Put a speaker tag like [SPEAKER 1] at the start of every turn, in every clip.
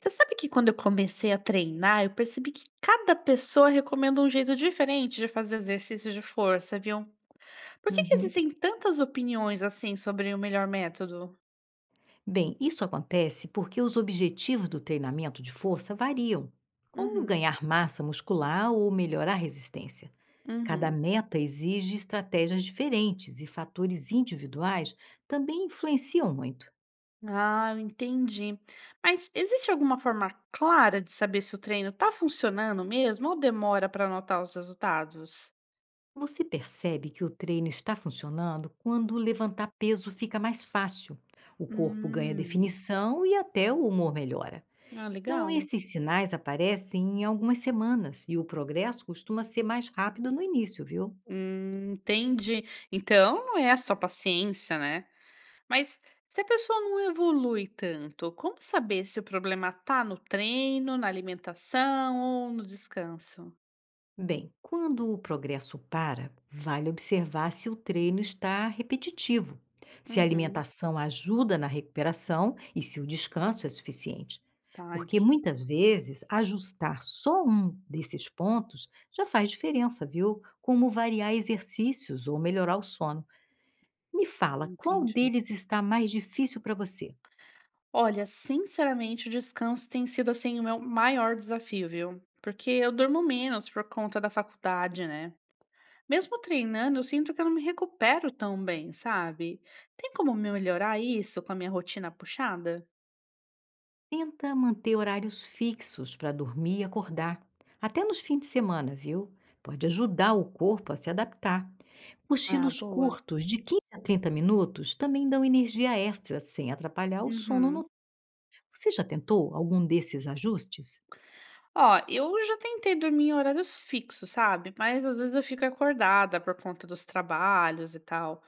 [SPEAKER 1] Você sabe que quando eu comecei a treinar, eu percebi que cada pessoa recomenda um jeito diferente de fazer exercício de força, viu? Por que que
[SPEAKER 2] Uhum.
[SPEAKER 1] existem tantas opiniões assim sobre o melhor método?
[SPEAKER 2] Bem, isso acontece porque os objetivos do treinamento de força variam, como
[SPEAKER 1] Uhum,
[SPEAKER 2] ganhar massa muscular ou melhorar a resistência. Cada
[SPEAKER 1] uhum.
[SPEAKER 2] meta exige estratégias diferentes e fatores individuais também influenciam muito.
[SPEAKER 1] Ah, eu entendi. Mas existe alguma forma clara de saber se o treino tá funcionando mesmo ou demora para notar os resultados?
[SPEAKER 2] Você percebe que o treino está funcionando quando levantar peso fica mais fácil, o corpo ganha
[SPEAKER 1] Hum,
[SPEAKER 2] definição e até o humor melhora.
[SPEAKER 1] ah,
[SPEAKER 2] Então,
[SPEAKER 1] legal.
[SPEAKER 2] esses sinais aparecem em algumas semanas e o progresso costuma ser mais rápido no início, viu?
[SPEAKER 1] Entendi. Então não é só paciência, né? Mas se a pessoa não evolui tanto, como saber se o problema está no treino, na alimentação ou no descanso?
[SPEAKER 2] Bem, quando o progresso para, vale observar se o treino está repetitivo, se a
[SPEAKER 1] Uhum.
[SPEAKER 2] alimentação ajuda na recuperação e se o descanso é suficiente.
[SPEAKER 1] Tá,
[SPEAKER 2] Porque
[SPEAKER 1] entendi,
[SPEAKER 2] muitas vezes ajustar só um desses pontos já faz diferença, viu? Como variar exercícios ou melhorar o sono. Me fala, qual
[SPEAKER 1] entendi.
[SPEAKER 2] deles está mais difícil para você?
[SPEAKER 1] Olha, sinceramente, o descanso tem sido assim o meu maior desafio, viu? Porque eu durmo menos por conta da faculdade, né? Mesmo treinando, eu sinto que eu não me recupero tão bem, sabe? Tem como melhorar isso com a minha rotina puxada?
[SPEAKER 2] Tenta manter horários fixos para dormir e acordar, até nos fins de semana, viu? Pode ajudar o corpo a se adaptar.
[SPEAKER 1] Ah,
[SPEAKER 2] Cochilos
[SPEAKER 1] boa.
[SPEAKER 2] curtos, de 15 a 30 minutos, também dão energia extra sem atrapalhar o sono
[SPEAKER 1] Uhum.
[SPEAKER 2] noturno. Você já tentou algum desses ajustes?
[SPEAKER 1] Ó, eu já tentei dormir em horários fixos, sabe, mas às vezes eu fico acordada por conta dos trabalhos e tal.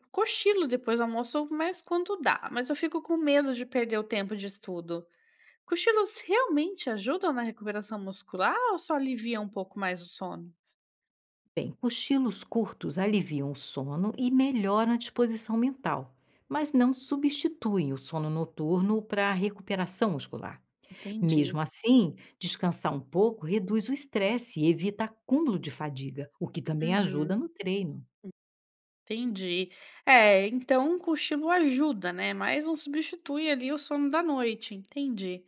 [SPEAKER 1] Eu cochilo depois do almoço, mas quando dá, mas eu fico com medo de perder o tempo de estudo. Cochilos realmente ajudam na recuperação muscular ou só alivia um pouco mais o sono?
[SPEAKER 2] Bem, cochilos curtos aliviam o sono e melhoram a disposição mental, mas não substituem o sono noturno para a recuperação muscular.
[SPEAKER 1] Entendi.
[SPEAKER 2] Mesmo assim, descansar um pouco reduz o estresse e evita acúmulo de fadiga, o que também ajuda
[SPEAKER 1] Uhum,
[SPEAKER 2] no treino.
[SPEAKER 1] entendi. É, então o cochilo ajuda, né, mas não substitui ali o sono da noite, entendi.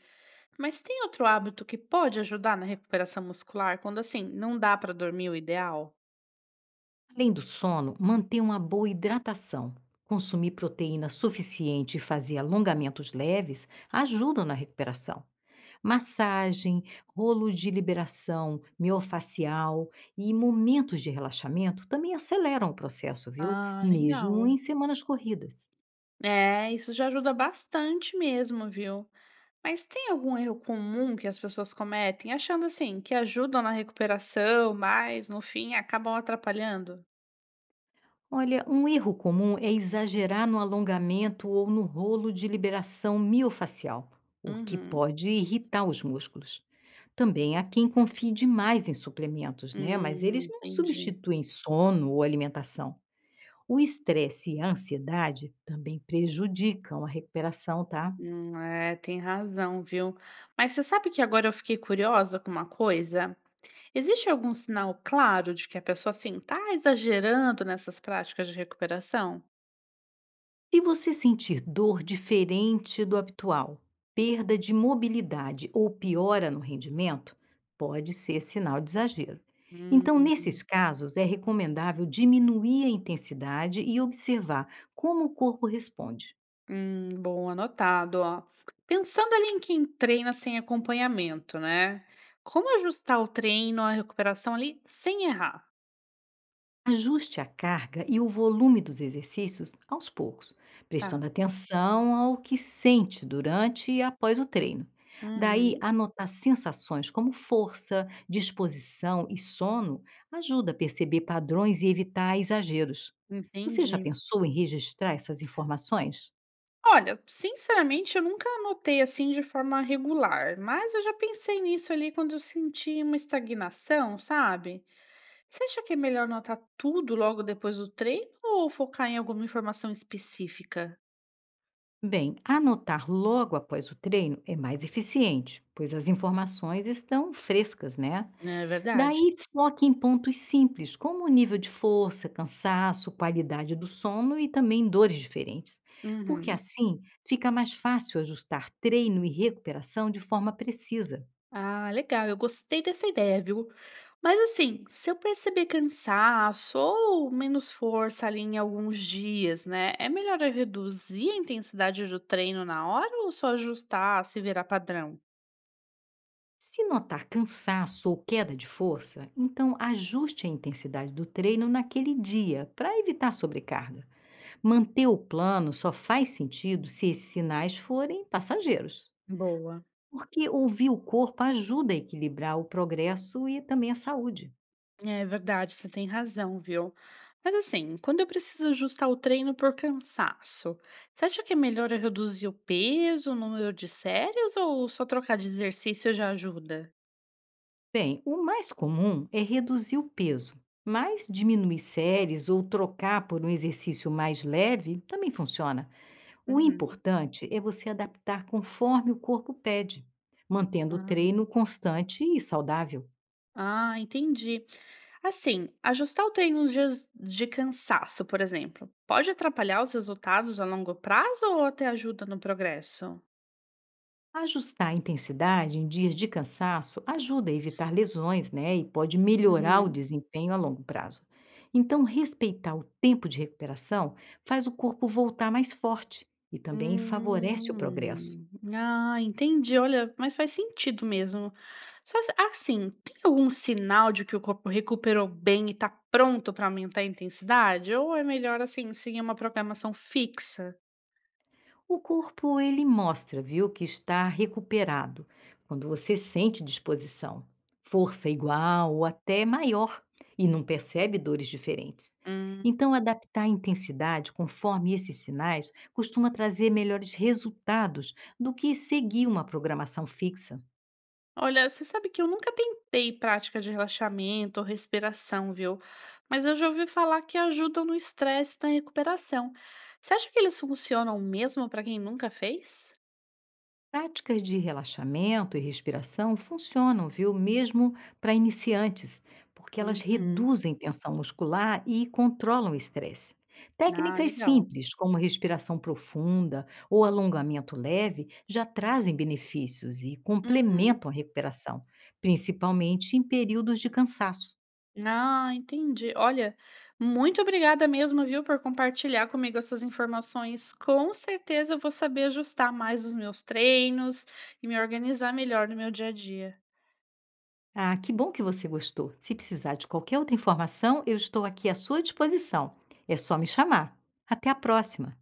[SPEAKER 1] Mas tem outro hábito que pode ajudar na recuperação muscular quando, assim, não dá para dormir o ideal?
[SPEAKER 2] Além do sono, manter uma boa hidratação, consumir proteína suficiente e fazer alongamentos leves ajudam na recuperação. Massagem, rolos de liberação miofacial e momentos de relaxamento também aceleram o processo, viu?
[SPEAKER 1] Ah,
[SPEAKER 2] Mesmo
[SPEAKER 1] legal.
[SPEAKER 2] em semanas corridas.
[SPEAKER 1] É, isso já ajuda bastante mesmo, viu? Mas tem algum erro comum que as pessoas cometem, achando assim, que ajudam na recuperação, mas no fim acabam atrapalhando?
[SPEAKER 2] Olha, um erro comum é exagerar no alongamento ou no rolo de liberação miofacial, o que
[SPEAKER 1] Uhum.
[SPEAKER 2] pode irritar os músculos. Também há quem confie demais em suplementos, né? Mas eles não
[SPEAKER 1] Entendi.
[SPEAKER 2] substituem sono ou alimentação. O estresse e a ansiedade também prejudicam a recuperação, tá?
[SPEAKER 1] É, tem razão, viu? Mas você sabe que agora eu fiquei curiosa com uma coisa? Existe algum sinal claro de que a pessoa, assim, está exagerando nessas práticas de recuperação?
[SPEAKER 2] Se você sentir dor diferente do habitual, perda de mobilidade ou piora no rendimento, pode ser sinal de exagero. Então,
[SPEAKER 1] Hum,
[SPEAKER 2] nesses casos, é recomendável diminuir a intensidade e observar como o corpo responde.
[SPEAKER 1] bom, anotado, ó. Pensando ali em quem treina sem acompanhamento, né? Como ajustar o treino a recuperação ali sem errar?
[SPEAKER 2] Ajuste a carga e o volume dos exercícios aos poucos, prestando
[SPEAKER 1] Tá.
[SPEAKER 2] atenção ao que sente durante e após o treino. Daí,
[SPEAKER 1] Uhum,
[SPEAKER 2] anotar sensações como força, disposição e sono ajuda a perceber padrões e evitar exageros. Você já
[SPEAKER 1] entendi.
[SPEAKER 2] pensou em registrar essas informações?
[SPEAKER 1] Olha, sinceramente, eu nunca anotei assim de forma regular, mas eu já pensei nisso ali quando eu senti uma estagnação, sabe? Você acha que é melhor anotar tudo logo depois do treino ou focar em alguma informação específica?
[SPEAKER 2] Bem, anotar logo após o treino é mais eficiente, pois as informações estão frescas, né?
[SPEAKER 1] Não é verdade?
[SPEAKER 2] Daí foque em pontos simples, como o nível de força, cansaço, qualidade do sono e também dores diferentes, porque
[SPEAKER 1] Uhum.
[SPEAKER 2] assim fica mais fácil ajustar treino e recuperação de forma precisa.
[SPEAKER 1] Ah, legal, eu gostei dessa ideia, viu? Mas assim, se eu perceber cansaço ou menos força ali em alguns dias, né? É melhor eu reduzir a intensidade do treino na hora ou só ajustar se virar padrão?
[SPEAKER 2] Se notar cansaço ou queda de força, então ajuste a intensidade do treino naquele dia para evitar sobrecarga. Manter o plano só faz sentido se esses sinais forem passageiros,
[SPEAKER 1] Boa.
[SPEAKER 2] porque ouvir o corpo ajuda a equilibrar o progresso e também a saúde.
[SPEAKER 1] É verdade, você tem razão, viu? Mas assim, quando eu preciso ajustar o treino por cansaço, você acha que é melhor eu reduzir o peso, o número de séries ou só trocar de exercício já ajuda?
[SPEAKER 2] Bem, o mais comum é reduzir o peso, mas diminuir séries ou trocar por um exercício mais leve também funciona. O
[SPEAKER 1] Uhum.
[SPEAKER 2] importante é você adaptar conforme o corpo pede, mantendo o
[SPEAKER 1] Ah,
[SPEAKER 2] treino constante e saudável.
[SPEAKER 1] ah, entendi. Assim, ajustar o treino nos dias de cansaço, por exemplo, pode atrapalhar os resultados a longo prazo ou até ajuda no progresso?
[SPEAKER 2] Ajustar a intensidade em dias de cansaço ajuda a evitar lesões, né, e pode melhorar o
[SPEAKER 1] Uhum.
[SPEAKER 2] desempenho a longo prazo. Então, respeitar o tempo de recuperação faz o corpo voltar mais forte e também favorece o progresso.
[SPEAKER 1] Hum. Ah, entendi. Olha, mas faz sentido mesmo. Só assim, tem algum sinal de que o corpo recuperou bem e tá pronto para aumentar a intensidade? Ou é melhor, assim, seguir uma programação fixa?
[SPEAKER 2] O corpo ele mostra, viu, que está recuperado quando você sente disposição, força igual ou até maior e não percebe dores diferentes.
[SPEAKER 1] Hum.
[SPEAKER 2] Então, adaptar a intensidade conforme esses sinais costuma trazer melhores resultados do que seguir uma programação fixa.
[SPEAKER 1] Olha, você sabe que eu nunca tentei prática de relaxamento ou respiração, viu? Mas eu já ouvi falar que ajudam no estresse e na recuperação. Você acha que eles funcionam mesmo para quem nunca fez?
[SPEAKER 2] Práticas de relaxamento e respiração funcionam, viu? Mesmo para iniciantes, porque elas
[SPEAKER 1] Uhum.
[SPEAKER 2] reduzem tensão muscular e controlam o estresse.
[SPEAKER 1] Ah,
[SPEAKER 2] Técnicas
[SPEAKER 1] legal.
[SPEAKER 2] simples, como respiração profunda ou alongamento leve, já trazem benefícios e
[SPEAKER 1] Uhum.
[SPEAKER 2] complementam a recuperação, principalmente em períodos de cansaço.
[SPEAKER 1] Ah, entendi. Olha, muito obrigada mesmo, viu, por compartilhar comigo essas informações. Com certeza eu vou saber ajustar mais os meus treinos e me organizar melhor no meu dia a dia.
[SPEAKER 2] Ah, que bom que você gostou. Se precisar de qualquer outra informação, eu estou aqui à sua disposição. É só me chamar. Até a próxima!